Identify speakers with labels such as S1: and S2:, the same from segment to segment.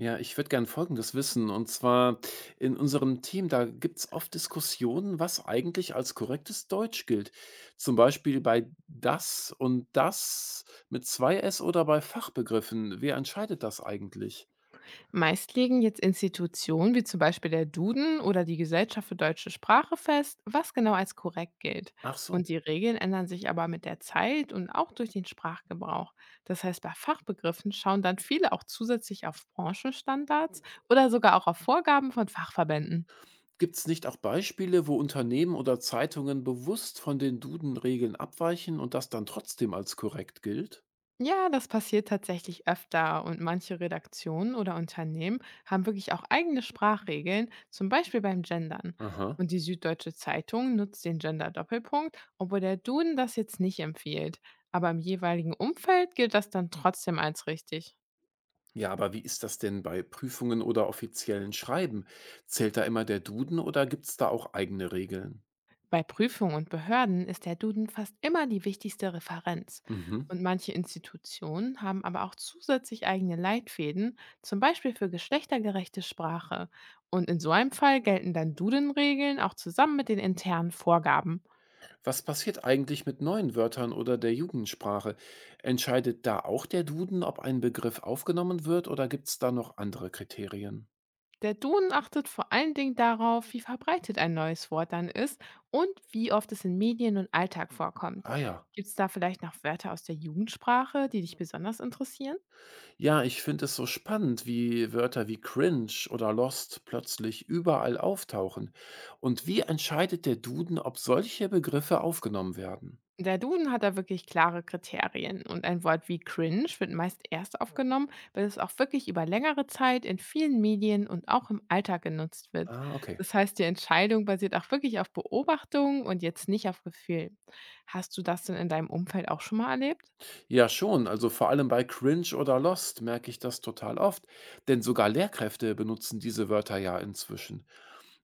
S1: Ja, ich würde gern Folgendes wissen. Und zwar in unserem Team, da gibt es oft Diskussionen, was eigentlich als korrektes Deutsch gilt. Zum Beispiel bei das und das mit zwei S oder bei Fachbegriffen. Wer entscheidet das eigentlich?
S2: Meist legen jetzt Institutionen wie zum Beispiel der Duden oder die Gesellschaft für deutsche Sprache fest, was genau als korrekt gilt.
S1: Ach so.
S2: Und die Regeln ändern sich aber mit der Zeit und auch durch den Sprachgebrauch. Das heißt, bei Fachbegriffen schauen dann viele auch zusätzlich auf Branchenstandards oder sogar auch auf Vorgaben von Fachverbänden.
S1: Gibt es nicht auch Beispiele, wo Unternehmen oder Zeitungen bewusst von den Duden-Regeln abweichen und das dann trotzdem als korrekt gilt?
S2: Ja, das passiert tatsächlich öfter und manche Redaktionen oder Unternehmen haben wirklich auch eigene Sprachregeln, zum Beispiel beim Gendern.
S1: Aha.
S2: Und die Süddeutsche Zeitung nutzt den Gender-Doppelpunkt, obwohl der Duden das jetzt nicht empfiehlt. Aber im jeweiligen Umfeld gilt das dann trotzdem als richtig.
S1: Ja, aber wie ist das denn bei Prüfungen oder offiziellen Schreiben? Zählt da immer der Duden oder gibt's da auch eigene Regeln?
S2: Bei Prüfungen und Behörden ist der Duden fast immer die wichtigste Referenz.
S1: Mhm.
S2: Und manche Institutionen haben aber auch zusätzlich eigene Leitfäden, zum Beispiel für geschlechtergerechte Sprache. Und in so einem Fall gelten dann Duden-Regeln auch zusammen mit den internen Vorgaben.
S1: Was passiert eigentlich mit neuen Wörtern oder der Jugendsprache? Entscheidet da auch der Duden, ob ein Begriff aufgenommen wird oder gibt's da noch andere Kriterien?
S2: Der Duden achtet vor allen Dingen darauf, wie verbreitet ein neues Wort dann ist und wie oft es in Medien und Alltag vorkommt.
S1: Ah ja.
S2: Gibt es da vielleicht noch Wörter aus der Jugendsprache, die dich besonders interessieren?
S1: Ja, ich finde es so spannend, wie Wörter wie cringe oder lost plötzlich überall auftauchen. Und wie entscheidet der Duden, ob solche Begriffe aufgenommen werden?
S2: Der Duden hat da wirklich klare Kriterien und ein Wort wie cringe wird meist erst aufgenommen, wenn es auch wirklich über längere Zeit in vielen Medien und auch im Alltag genutzt wird.
S1: Ah, okay.
S2: Das heißt, die Entscheidung basiert auch wirklich auf Beobachtung und jetzt nicht auf Gefühl. Hast du das denn in deinem Umfeld auch schon mal erlebt?
S1: Ja, schon. Also vor allem bei Cringe oder Lost merke ich das total oft. Denn sogar Lehrkräfte benutzen diese Wörter ja inzwischen.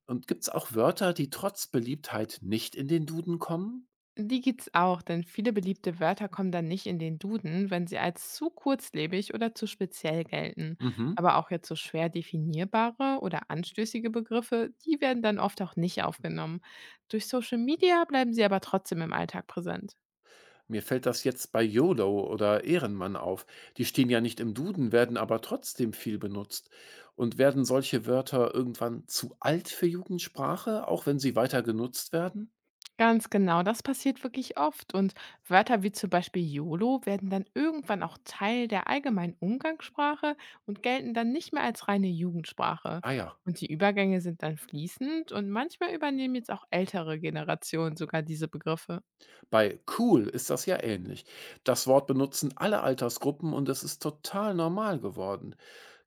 S1: Und gibt es auch Wörter, die trotz Beliebtheit nicht in den Duden kommen?
S2: Die gibt's auch, denn viele beliebte Wörter kommen dann nicht in den Duden, wenn sie als zu kurzlebig oder zu speziell gelten.
S1: Mhm.
S2: Aber auch jetzt so schwer definierbare oder anstößige Begriffe, die werden dann oft auch nicht aufgenommen. Durch Social Media bleiben sie aber trotzdem im Alltag präsent.
S1: Mir fällt das jetzt bei YOLO oder Ehrenmann auf. Die stehen ja nicht im Duden, werden aber trotzdem viel benutzt. Und werden solche Wörter irgendwann zu alt für Jugendsprache, auch wenn sie weiter genutzt werden?
S2: Ganz genau, das passiert wirklich oft. Und Wörter wie zum Beispiel YOLO werden dann irgendwann auch Teil der allgemeinen Umgangssprache und gelten dann nicht mehr als reine Jugendsprache.
S1: Ah ja.
S2: Und die Übergänge sind dann fließend und manchmal übernehmen jetzt auch ältere Generationen sogar diese Begriffe.
S1: Bei cool ist das ja ähnlich. Das Wort benutzen alle Altersgruppen und es ist total normal geworden.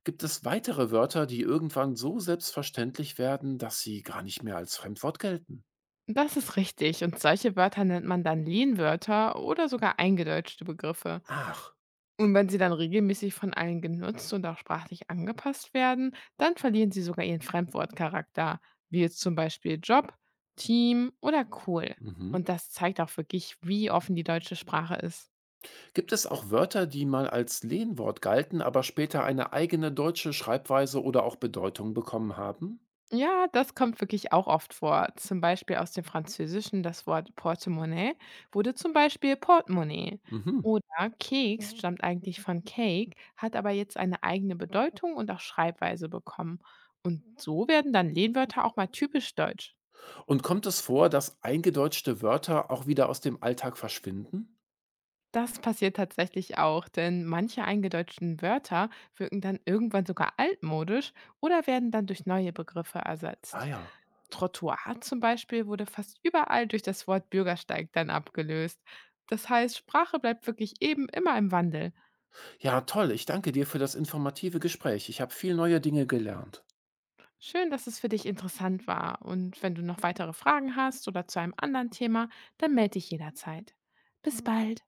S1: Gibt es weitere Wörter, die irgendwann so selbstverständlich werden, dass sie gar nicht mehr als Fremdwort gelten?
S2: Das ist richtig. Und solche Wörter nennt man dann Lehnwörter oder sogar eingedeutschte Begriffe.
S1: Ach.
S2: Und wenn sie dann regelmäßig von allen genutzt und auch sprachlich angepasst werden, dann verlieren sie sogar ihren Fremdwortcharakter, wie jetzt zum Beispiel Job, Team oder cool.
S1: Mhm.
S2: Und das zeigt auch wirklich, wie offen die deutsche Sprache ist.
S1: Gibt es auch Wörter, die mal als Lehnwort galten, aber später eine eigene deutsche Schreibweise oder auch Bedeutung bekommen haben?
S2: Ja, das kommt wirklich auch oft vor. Zum Beispiel aus dem Französischen das Wort Portemonnaie wurde zum Beispiel Portemonnaie.
S1: Mhm.
S2: Oder Keks stammt eigentlich von Cake, hat aber jetzt eine eigene Bedeutung und auch Schreibweise bekommen. Und so werden dann Lehnwörter auch mal typisch deutsch.
S1: Und kommt es vor, dass eingedeutschte Wörter auch wieder aus dem Alltag verschwinden?
S2: Das passiert tatsächlich auch, denn manche eingedeutschten Wörter wirken dann irgendwann sogar altmodisch oder werden dann durch neue Begriffe
S1: Ah
S2: ersetzt.
S1: ja.
S2: Trottoir zum Beispiel wurde fast überall durch das Wort Bürgersteig dann abgelöst. Das heißt, Sprache bleibt wirklich eben immer im Wandel.
S1: Ja, toll. Ich danke dir für das informative Gespräch. Ich habe viel neue Dinge gelernt.
S2: Schön, dass es für dich interessant war. Und wenn du noch weitere Fragen hast oder zu einem anderen Thema, dann melde dich jederzeit. Bis bald.